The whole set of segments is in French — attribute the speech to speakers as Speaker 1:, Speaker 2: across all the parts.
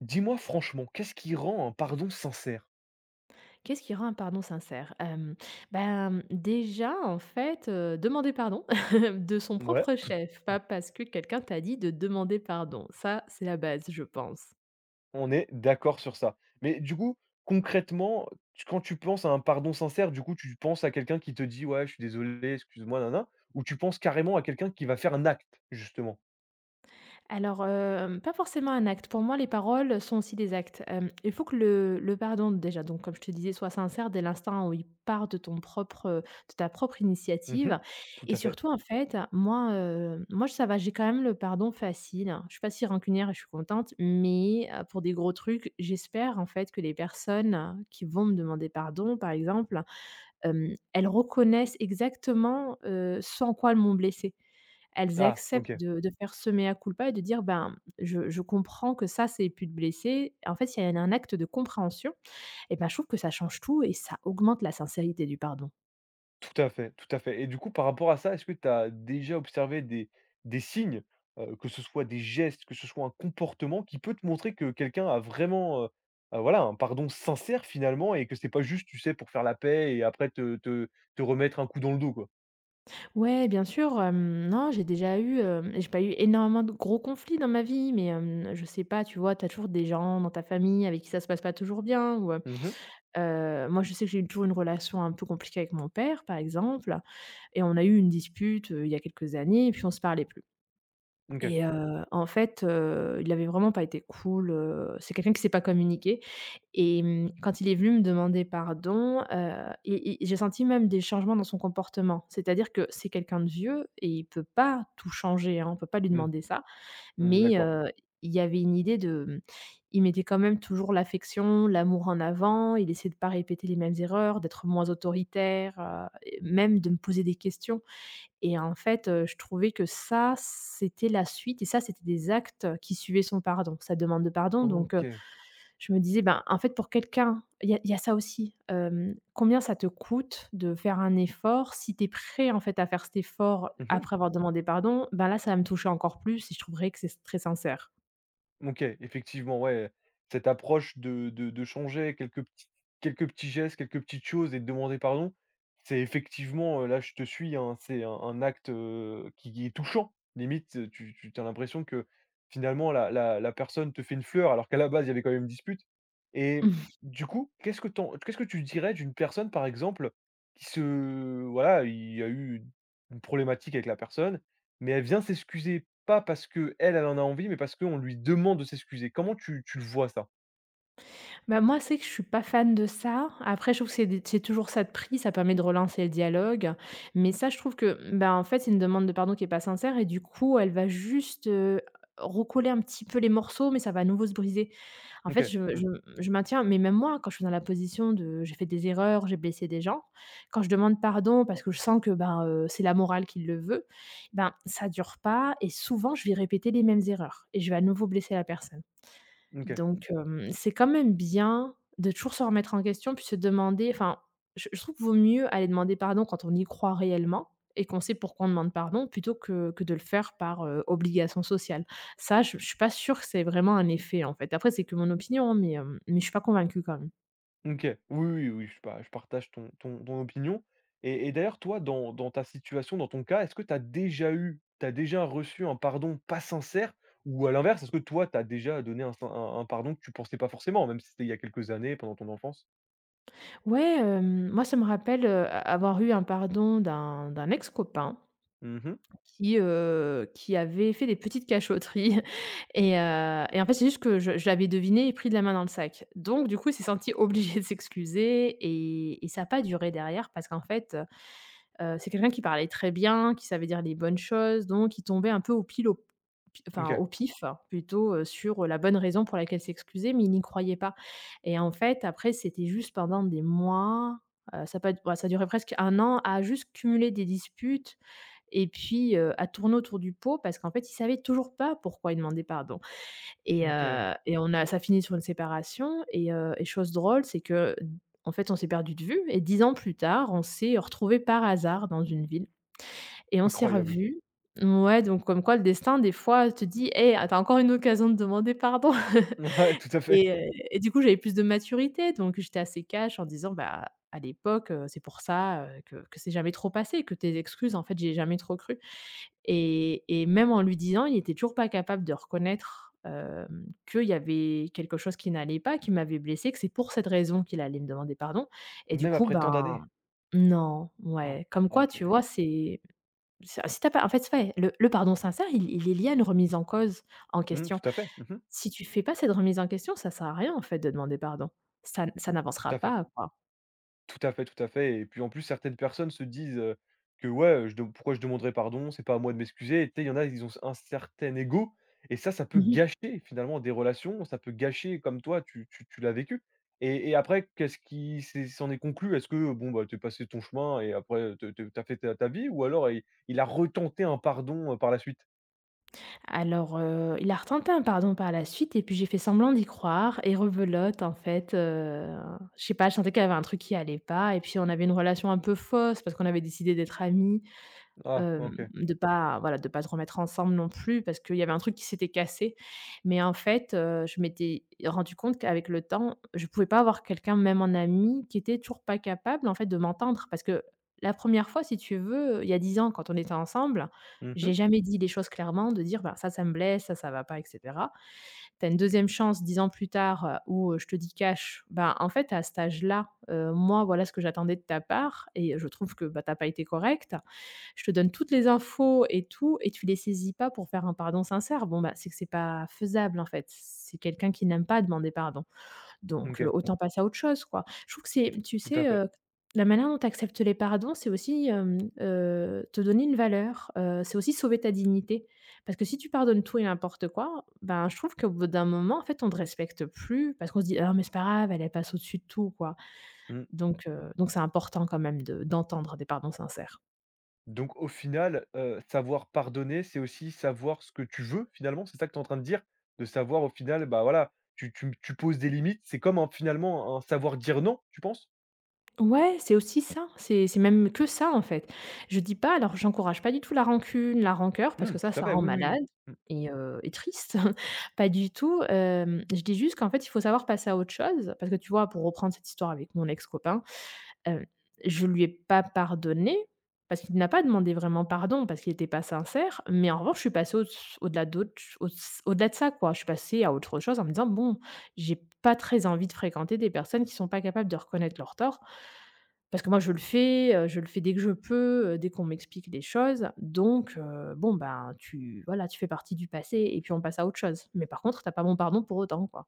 Speaker 1: Dis-moi franchement, qu'est-ce qui rend un pardon sincère?
Speaker 2: Qu'est-ce qui rend un pardon sincère? Hem, ben, déjà, en fait, demander pardon de son
Speaker 1: Ouais,
Speaker 2: propre
Speaker 1: tout,
Speaker 2: chef,
Speaker 1: mmh,
Speaker 2: pas parce que quelqu'un t'a dit de demander pardon. Ça, c'est la base, je pense.
Speaker 1: on est d'accord sur ça. Mais du coup, concrètement, quand tu penses à un pardon sincère, du coup, tu penses à quelqu'un qui te dit: «Ouais, je suis désolé, excuse-moi, nana» ou tu penses carrément à quelqu'un qui va faire un acte, justement?
Speaker 2: Alors, pas forcément un acte. Pour moi, les paroles sont aussi des actes. Il faut que le pardon déjà, donc comme je te disais, soit sincère dès l'instant où il part de ton propre, de ta propre
Speaker 1: Mmh.
Speaker 2: initiative.
Speaker 1: Tout
Speaker 2: Et
Speaker 1: à fait.
Speaker 2: surtout, en fait, moi, ça va, j'ai quand même le pardon facile. Je suis pas si rancunière et je suis contente, mais pour des gros trucs, j'espère, en fait, que les personnes qui vont me demander pardon, par exemple, elles reconnaissent exactement, ce en quoi elles m'ont blessée. Elles
Speaker 1: Ah,
Speaker 2: acceptent
Speaker 1: OK.
Speaker 2: de faire ce mea culpa et de dire: «Ben, je comprends que ça, c'est ait pu te blesser». En fait, il y a un acte de compréhension et ben, je trouve que ça change tout et ça augmente la sincérité du pardon.
Speaker 1: Tout à fait, tout à fait. Et du coup, par rapport à ça, est-ce que tu as déjà observé des signes, que ce soit des gestes, que ce soit un comportement qui peut te montrer que quelqu'un a vraiment, voilà, un pardon sincère finalement et que c'est pas juste, tu sais, pour faire la paix et après te remettre un coup dans le dos, quoi?
Speaker 2: Ouais, bien sûr, non, j'ai pas eu énormément de gros conflits dans ma vie, mais, je sais pas, tu vois, t'as toujours des gens dans ta famille avec qui ça se passe pas toujours bien ou,
Speaker 1: Mmh.
Speaker 2: moi, je sais que j'ai eu toujours une relation un peu compliquée avec mon père, par exemple. Et on a eu une dispute, il y a quelques années et puis on se parlait plus.
Speaker 1: OK.
Speaker 2: Et il avait vraiment pas été cool, c'est quelqu'un qui s'est pas communiqué. Et quand il est venu me demander pardon, et j'ai senti même des changements dans son comportement. C'est-à-dire que c'est quelqu'un de vieux et il peut pas tout changer, hein, on peut pas lui
Speaker 1: Mmh.
Speaker 2: demander ça,
Speaker 1: On est
Speaker 2: mais
Speaker 1: d'accord.
Speaker 2: il y avait une idée de, il mettait quand même toujours l'affection, l'amour en avant, il essayait de pas répéter les mêmes erreurs, d'être moins autoritaire, et même de me poser des questions. Et en fait, je trouvais que ça, c'était la suite et ça, c'était des actes qui suivaient son pardon, sa demande de pardon. Donc
Speaker 1: OK.
Speaker 2: je me disais: «Ben, en fait, pour quelqu'un», il y a ça aussi, combien ça te coûte de faire un effort? Si tu es prêt, en fait, à faire cet effort
Speaker 1: Mmh.
Speaker 2: après avoir demandé pardon, ben là, ça va me toucher encore plus et je trouverais que c'est très sincère.
Speaker 1: OK, effectivement, ouais, cette approche de changer quelques petits, quelques petits gestes, quelques petites choses et de demander pardon, c'est effectivement, là je te suis, hein, c'est un acte, qui est touchant. Limite, tu as l'impression que finalement la personne te fait une fleur alors qu'à la base il y avait quand même une dispute et du coup, qu'est-ce que tu dirais d'une personne par exemple qui se voilà, il y a eu une problématique avec la personne mais elle vient s'excuser, pas parce que elle en a envie, mais parce qu'on lui demande de s'excuser. Comment tu le vois ça?
Speaker 2: Bah, moi, c'est que je suis pas fan de ça. Après, je trouve que c'est toujours ça de pris, ça permet de relancer le dialogue. Mais ça, je trouve que, bah, en fait, c'est une demande de pardon qui est pas sincère et du coup, elle va juste, recoller un petit peu les morceaux, mais ça va à nouveau se briser. En fait,
Speaker 1: OK,
Speaker 2: je
Speaker 1: mmh,
Speaker 2: je je maintiens mais même moi, quand je suis dans la position de j'ai fait des erreurs, j'ai blessé des gens, quand je demande pardon parce que je sens que, ben, c'est la morale qui le veut, ben, ça dure pas et souvent je vais répéter les mêmes erreurs et je vais à nouveau blesser la personne.
Speaker 1: OK,
Speaker 2: Donc c'est quand même bien de toujours se remettre en question, puis se demander enfin, je trouve qu'il vaut mieux aller demander pardon quand on y croit réellement et qu'on sait pourquoi on demande pardon, plutôt que de le faire par, obligation sociale. Ça, je suis pas sûre que c'est vraiment un effet, en fait. Après, c'est que mon opinion, hein, mais je suis pas convaincue quand même.
Speaker 1: OK. Oui, oui, oui, je partage ton opinion et d'ailleurs, toi, dans ta situation, dans ton cas, est-ce que tu as déjà reçu un pardon pas sincère? Ou à l'inverse, est-ce que toi, tu as déjà donné un sin un pardon que tu pensais pas forcément, même si c'était il y a quelques années, pendant ton enfance?
Speaker 2: Ouais, moi, ça me rappelle, avoir eu un pardon d'un ex copain,
Speaker 1: Mmh.
Speaker 2: qui avait fait des petites cachotteries et en fait, c'est juste que je l'avais deviné et pris de la main dans le sac. Donc du coup, il s'est senti obligé de s'excuser et ça a pas duré derrière parce qu'en fait, c'est quelqu'un qui parlait très bien, qui savait dire les bonnes choses, donc il tombait un peu au pile au pi enfin,
Speaker 1: OK,
Speaker 2: au pif plutôt, sur la bonne raison pour laquelle s'excuser, mais il n'y croyait pas et en fait, après, c'était juste pendant des mois, ça peut être ouais, ça durait presque un an à juste cumuler des disputes et puis, à tourner autour du pot parce qu'en fait, ils savaient toujours pas pourquoi ils demandaient pardon. Et
Speaker 1: OK.
Speaker 2: et on a ça finit sur une séparation et chose drôle, c'est que, en fait, on s'est perdu de vue et 10 ans plus tard, on s'est retrouvés par hasard dans une ville et on s'est
Speaker 1: Incroyable.
Speaker 2: revus. Ouais, donc comme quoi le destin, des fois, te dit: «Hé, t'as encore une occasion de demander pardon».
Speaker 1: Ouais, tout à fait.
Speaker 2: Et du coup, j'avais plus de maturité, donc j'étais assez cash en disant: «Bah, à l'époque, c'est pour ça, que c'est jamais trop passé, que tes excuses, en fait, j'ai jamais trop cru». Et même en lui disant, il était toujours pas capable de reconnaître, qu'il y avait quelque chose qui n'allait pas, qui m'avait blessée, que c'est pour cette raison qu'il allait me demander pardon. Et du
Speaker 1: Même
Speaker 2: coup,
Speaker 1: après tant d'années?
Speaker 2: ben, non,
Speaker 1: Han!
Speaker 2: ouais, comme quoi,
Speaker 1: OK.
Speaker 2: tu vois, c'est si t'as pas en fait, ouais, le pardon sincère, il est lié à une remise en cause, en
Speaker 1: Mmh,
Speaker 2: question.
Speaker 1: tout à fait. Mmh.
Speaker 2: Si tu fais pas cette remise en question, ça sert à rien, en fait, de demander pardon. Ça
Speaker 1: Tout
Speaker 2: n'avancera
Speaker 1: à fait.
Speaker 2: pas, quoi.
Speaker 1: Tout à fait, tout à fait et puis en plus certaines personnes se disent, que ouais, je dem pourquoi je demanderais pardon? C'est pas à moi de m'excuser et tu sais, il y en a, ils ont un certain ego et ça peut gâcher finalement des relations, ça peut gâcher comme toi tu l'as vécu et après qu'est-ce qui s'est s'en est conclu? Est-ce que bon, bah, tu es passé ton chemin et après te tu as fait ta vie ou alors il a retenté un pardon, par la suite?
Speaker 2: Alors, il a retenté un pardon par la suite et puis j'ai fait semblant d'y croire et rebelote en fait, je sais pas, je sentais qu'il y avait un truc qui allait pas et puis on avait une relation un peu fausse parce qu'on avait décidé d'être amis.
Speaker 1: Ah
Speaker 2: Hem,
Speaker 1: OK.
Speaker 2: de pas voilà, de pas se remettre ensemble non plus parce qu'il y avait un truc qui s'était cassé. Mais en fait, je m'étais rendue compte qu'avec le temps, je pouvais pas avoir quelqu'un, même en ami, qui était toujours pas capable, en fait, de m'entendre. Parce que la première fois, si tu veux, il y a 10 ans, quand on était ensemble,
Speaker 1: Mmh.
Speaker 2: j'ai jamais dit les choses clairement, de dire: «Bah, ça me blesse, ça va pas», etc. Tu as une deuxième chance 10 ans plus tard, où je te dis cash, ben, en fait, à cet âge-là, moi, voilà ce que j'attendais de ta part et je trouve que bah, tu n'as pas été correcte. Je te donne toutes les infos et tout et tu les saisis pas pour faire un pardon sincère. Bon, bah, c'est que c'est pas faisable en fait. C'est quelqu'un qui n'aime pas demander pardon. Donc,
Speaker 1: OK,
Speaker 2: autant passer à autre chose, quoi. Je trouve que c'est tu
Speaker 1: tout à
Speaker 2: sais,
Speaker 1: fait.
Speaker 2: la manière dont tu acceptes les pardons, c'est aussi, te donner une valeur, c'est aussi sauver ta dignité. Parce que si tu pardonnes tout et n'importe quoi, ben, je trouve qu'au bout d'un moment, en fait, on ne te respecte plus parce qu'on se dit: «Ah mais c'est pas grave, elle, elle passe au-dessus de tout», quoi.
Speaker 1: Mmh.
Speaker 2: Donc c'est important quand même de d'entendre des pardons sincères.
Speaker 1: Donc au final, savoir pardonner, c'est aussi savoir ce que tu veux finalement, c'est ça que tu es en train de dire? De savoir au final, bah, voilà, tu poses des limites, c'est comme un finalement un savoir dire non, tu penses?
Speaker 2: Ouais, c'est aussi ça, c'est même que ça, en fait. Je dis pas alors j'encourage pas du tout la rancune, la rancœur parce
Speaker 1: Mmh,
Speaker 2: que
Speaker 1: tout
Speaker 2: ça,
Speaker 1: à
Speaker 2: ça
Speaker 1: fait,
Speaker 2: rend
Speaker 1: oui, oui. Mmh.
Speaker 2: malade et triste, pas du tout, je dis juste qu'en fait, il faut savoir passer à autre chose parce que tu vois, pour reprendre cette histoire avec mon ex-copain, heu, je lui ai pas pardonné parce qu'il n'a pas demandé vraiment pardon, parce qu'il était pas sincère, mais en revanche, je suis passée au au-delà d'autres au au-delà de ça, quoi. Je suis passée à autre chose en me disant: «Bon, j'ai pas très envie de fréquenter des personnes qui sont pas capables de reconnaître leurs torts parce que moi je le fais, je le fais, dès que je peux, dès qu'on m'explique des choses, donc bon, ben, tu voilà, tu fais partie du passé et puis on passe à autre chose. Mais par contre, t'as pas mon pardon pour autant, quoi».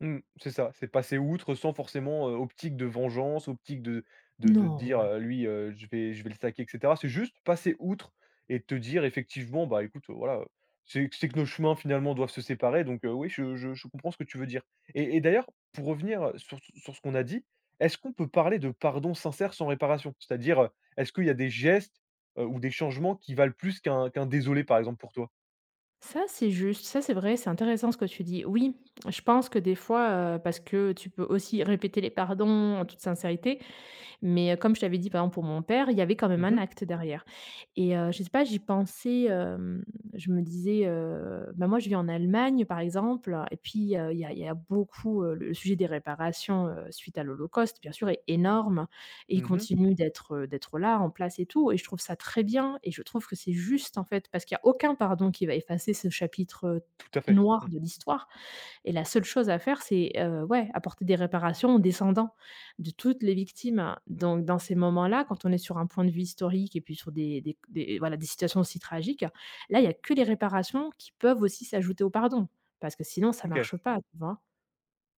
Speaker 1: Mmh, c'est ça, c'est passer outre sans forcément, optique de vengeance, optique de
Speaker 2: Non,
Speaker 1: dire,
Speaker 2: ouais.
Speaker 1: «Lui, je vais le saquer» et cetera. C'est juste passer outre et te dire effectivement: «Bah, écoute, voilà, c'est que nos chemins finalement doivent se séparer donc oui, je comprends ce que tu veux dire» et d'ailleurs, pour revenir, sur ce qu'on a dit, est-ce qu'on peut parler de pardon sincère sans réparation? C'est-à-dire, est-ce qu'il y a des gestes, ou des changements qui valent plus qu'un désolé par exemple pour toi?
Speaker 2: Ça, c'est juste, ça, c'est vrai, c'est intéressant ce que tu dis. Oui, je pense que des fois, parce que tu peux aussi répéter les pardons en toute sincérité, mais, comme je t'avais dit, par exemple, pour mon père, il y avait quand même
Speaker 1: Mmh
Speaker 2: un
Speaker 1: mh,
Speaker 2: acte derrière et je sais pas, j'y pensais, je me disais, bah, moi, je vis en Allemagne, par exemple et puis, il y a beaucoup, le sujet des réparations, suite à l'Holocauste, bien sûr, est énorme et il
Speaker 1: mmh,
Speaker 2: continue d'être, d'être là, en place et tout et je trouve ça très bien et je trouve que c'est juste, en fait, parce qu'il y a aucun pardon qui va effacer ce chapitre,
Speaker 1: tout à fait.
Speaker 2: noir
Speaker 1: Mmh,
Speaker 2: de l'histoire et la seule chose à faire, c'est, ouais, apporter des réparations aux descendants de toutes les victimes. Donc dans ces moments-là, quand on est sur un point de vue historique et puis sur des voilà, des situations aussi tragiques, là, il y a que les réparations qui peuvent aussi s'ajouter au pardon, parce que sinon ça
Speaker 1: OK.
Speaker 2: marche pas, tu vois?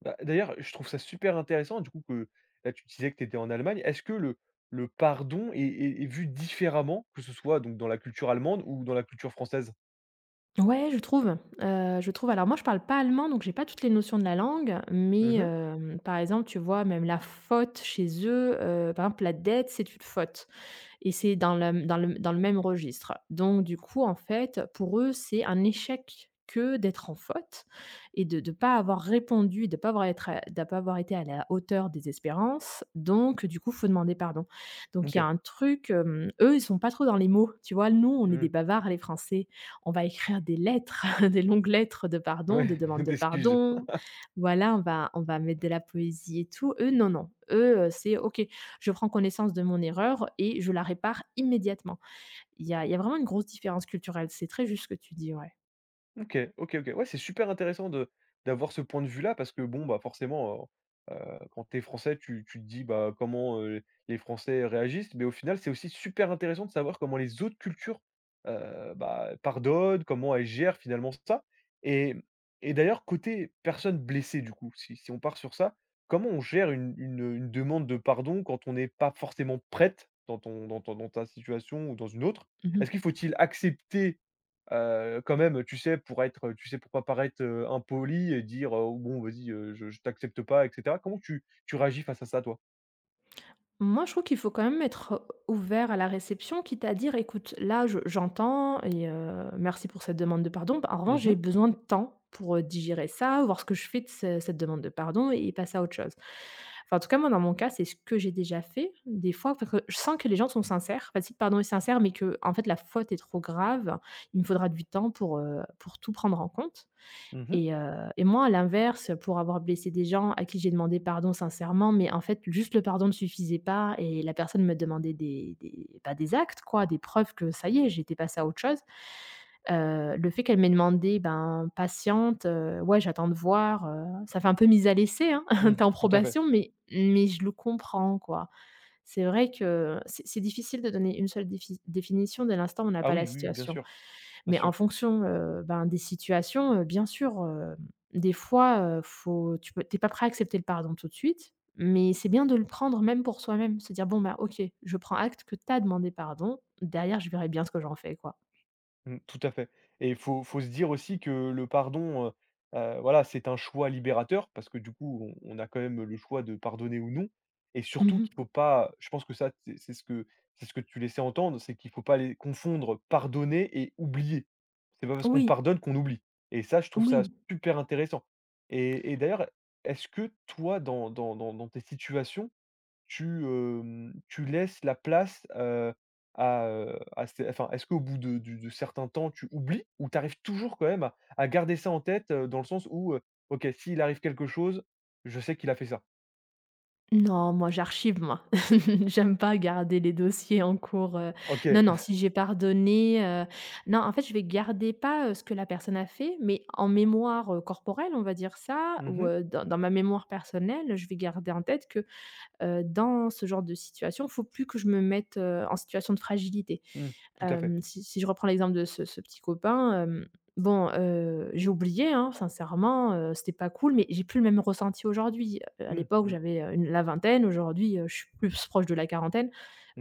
Speaker 1: Bah, d'ailleurs, je trouve ça super intéressant, du coup, que là, tu disais que tu étais en Allemagne. Est-ce que le pardon est vu différemment, que ce soit donc dans la culture allemande ou dans la culture française?
Speaker 2: Ouais, je trouve, je trouve. Alors moi, je parle pas allemand, donc j'ai pas toutes les notions de la langue, mais,
Speaker 1: Mmh.
Speaker 2: par exemple, tu vois, même la faute chez eux, par exemple, la dette, c'est une faute. Et c'est dans le même registre. Donc du coup, en fait, pour eux, c'est un échec que d'être en faute et de pas avoir répondu, de ne pas avoir être à de pas avoir été à la hauteur des espérances, donc du coup, faut demander pardon. Donc il y a
Speaker 1: OK.
Speaker 2: un truc, eux, ils sont pas trop dans les mots, tu vois? Nous, on est
Speaker 1: Mmh.
Speaker 2: des bavards, les Français. On va écrire des lettres, des longues lettres de pardon, de
Speaker 1: Ouais,
Speaker 2: demande de
Speaker 1: d'excuses.
Speaker 2: pardon. Voilà, on va mettre de la poésie et tout. Eux, non, non. Eux, c'est OK, je prends connaissance de mon erreur et je la répare immédiatement. Il y a vraiment une grosse différence culturelle. C'est très juste ce que tu dis, ouais.
Speaker 1: OK, OK, OK. Ouais, c'est super intéressant de d'avoir ce point de vue-là parce que bon, bah, forcément, quand t'es français, tu te dis: «Bah, comment, les Français réagissent?» mais au final, c'est aussi super intéressant de savoir comment les autres cultures, bah, pardonnent, comment elles gèrent finalement ça et et d'ailleurs côté personne blessée du coup, si on part sur ça, comment on gère une demande de pardon quand on n'est pas forcément prête dans ta situation ou dans une autre? Est-ce qu'il
Speaker 2: Mmh.
Speaker 1: faut-il accepter? Quand même, tu sais, pour être, tu sais, pour pas paraître, impoli et dire, «Bon, vas-y, je t'accepte pas» et cetera. Comment tu réagis face à ça, toi?
Speaker 2: Moi, je trouve qu'il faut quand même être ouvert à la réception, quitte à dire: «Écoute, là, je j'entends et merci pour cette demande de pardon. En revanche,
Speaker 1: Mmh
Speaker 2: j'ai
Speaker 1: mh.
Speaker 2: besoin de temps pour, digérer ça, voir ce que je fais de ce cette demande de pardon et passer à autre chose». Enfin, en tout cas, moi, dans mon cas, c'est ce que j'ai déjà fait. Des fois, enfin, que je sens que les gens sont sincères. Enfin, si le pardon est sincère, mais que en fait, la faute est trop grave, il me faudra du temps pour tout prendre en compte.
Speaker 1: Mmh.
Speaker 2: Et et moi, à l'inverse, pour avoir blessé des gens à qui j'ai demandé pardon sincèrement, mais en fait, juste le pardon ne suffisait pas et la personne me demandait bah, des actes quoi, des preuves que ça y est, j'étais passée à autre chose. Le fait qu'elle m'ait demandé: «Ben, patiente, ouais, j'attends de voir», ça fait un peu mise à l'essai, hein.
Speaker 1: Mmh.
Speaker 2: T'es en
Speaker 1: Tout à fait.
Speaker 2: probation, mais je le comprends, quoi. C'est vrai que c'est difficile de donner une seule définition dès l'instant où on n'a
Speaker 1: Ah
Speaker 2: pas la
Speaker 1: oui, oui, oui, bien
Speaker 2: situation.
Speaker 1: sûr, bien
Speaker 2: Mais en
Speaker 1: sûr.
Speaker 2: fonction, ben, des situations, bien sûr, des fois, faut tu peux es pas prêt à accepter le pardon tout de suite, mais c'est bien de le prendre même pour soi-même, se dire: «Bon, bah, OK, je prends acte que tu as demandé pardon, derrière je verrai bien ce que j'en fais», quoi.
Speaker 1: Mmh, tout à fait et il faut faut se dire aussi que le pardon, voilà, c'est un choix libérateur parce que du coup, on a quand même le choix de pardonner ou non et surtout
Speaker 2: Mmh.
Speaker 1: qu'il faut pas, je pense que ça, c'est ce que tu laissais entendre, c'est qu'il faut pas les confondre pardonner et oublier. C'est pas parce qu'on
Speaker 2: Oui,
Speaker 1: pardonne qu'on oublie et ça, je trouve ça
Speaker 2: oui.
Speaker 1: super intéressant et d'ailleurs, est-ce que toi, dans tes situations, tu, hem, tu laisses la place, à ces enfin, est-ce qu'au bout de certains temps, tu oublies ou tu arrives toujours quand même à garder ça en tête, dans le sens où, OK, s'il arrive quelque chose, je sais qu'il a fait ça.
Speaker 2: Non, moi j'archive moi. J'aime pas garder les dossiers en cours,
Speaker 1: OK.
Speaker 2: non, non, si j'ai pardonné, non, en fait, je vais garder pas, ce que la personne a fait, mais en mémoire, corporelle, on va dire ça,
Speaker 1: Mmh
Speaker 2: ou
Speaker 1: mh.
Speaker 2: dans ma mémoire personnelle, je vais garder en tête que. Dans ce genre de situation, il faut plus que je me mette, en situation de fragilité.
Speaker 1: Mmh. Tout à fait.
Speaker 2: Si je reprends l'exemple de ce petit copain, bon, j'ai oublié, hein, sincèrement, c'était pas cool, mais j'ai plus le même ressenti aujourd'hui. À
Speaker 1: Mmh.
Speaker 2: l'époque,
Speaker 1: Mmh.
Speaker 2: j'avais, une la vingtaine, aujourd'hui, je suis plus proche de la quarantaine.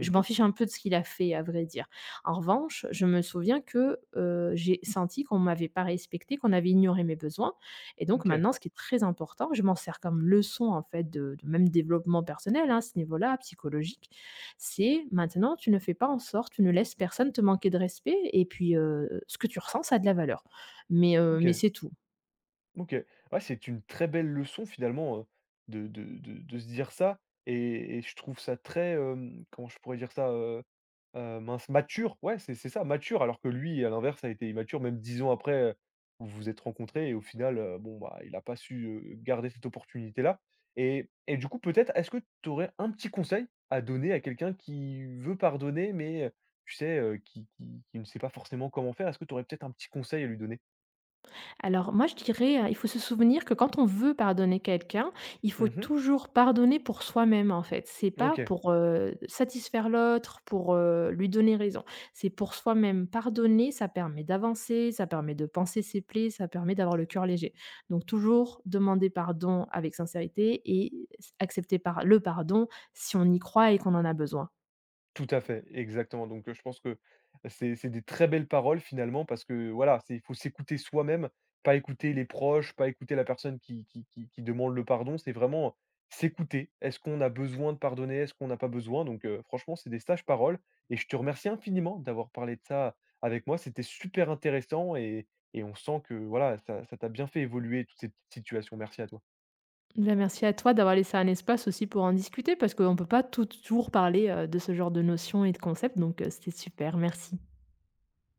Speaker 2: Je m'en fiche un peu de ce qu'il a fait, à vrai dire. En revanche, je me souviens que, j'ai senti qu'on m'avait pas respectée, qu'on avait ignoré mes besoins et donc
Speaker 1: OK.
Speaker 2: maintenant, ce qui est très important, je m'en sers comme leçon en fait de même développement personnel hein, à ce niveau-là, psychologique, c'est maintenant tu ne fais pas en sorte, tu ne laisses personne te manquer de respect et puis ce que tu ressens, ça a de la valeur. Mais
Speaker 1: OK.
Speaker 2: c'est tout.
Speaker 1: OK. Ouais, c'est une très belle leçon finalement, de se dire ça et je trouve ça très, hem, comment je pourrais dire ça? Mince, mature. Ouais, c'est ça, mature, alors que lui, à l'inverse, a été immature même 10 ans après, vous vous êtes rencontrés et au final, bon, bah, il a pas su, garder cette opportunité-là et du coup, peut-être, est-ce que tu aurais un petit conseil à donner à quelqu'un qui veut pardonner mais, tu sais, qui ne sait pas forcément comment faire? Est-ce que tu aurais peut-être un petit conseil à lui donner?
Speaker 2: Alors moi, je dirais, il faut se souvenir que quand on veut pardonner quelqu'un, il faut
Speaker 1: Mmh.
Speaker 2: toujours pardonner pour soi-même, en fait. C'est pas
Speaker 1: OK.
Speaker 2: pour, satisfaire l'autre, pour, lui donner raison. C'est pour soi-même. Pardonner, ça permet d'avancer, ça permet de panser ses plaies, ça permet d'avoir le cœur léger. Donc toujours demander pardon avec sincérité et accepter par le pardon si on y croit et qu'on en a besoin.
Speaker 1: Tout à fait, exactement. Donc, je pense que c'est des très belles paroles finalement parce que voilà, c'est il faut s'écouter soi-même, pas écouter les proches, pas écouter la personne qui demande le pardon. C'est vraiment s'écouter. Est-ce qu'on a besoin de pardonner? Est-ce qu'on n'a pas besoin? Donc, franchement, c'est des sages paroles et je te remercie infiniment d'avoir parlé de ça avec moi. C'était super intéressant et on sent que voilà, ça t'a bien fait évoluer toute cette petite situation. Merci à toi.
Speaker 2: Bah, merci à toi d'avoir laissé un espace aussi pour en discuter parce qu'on ne peut pas toujours parler, de ce genre de notions et de concepts donc c'était super, merci.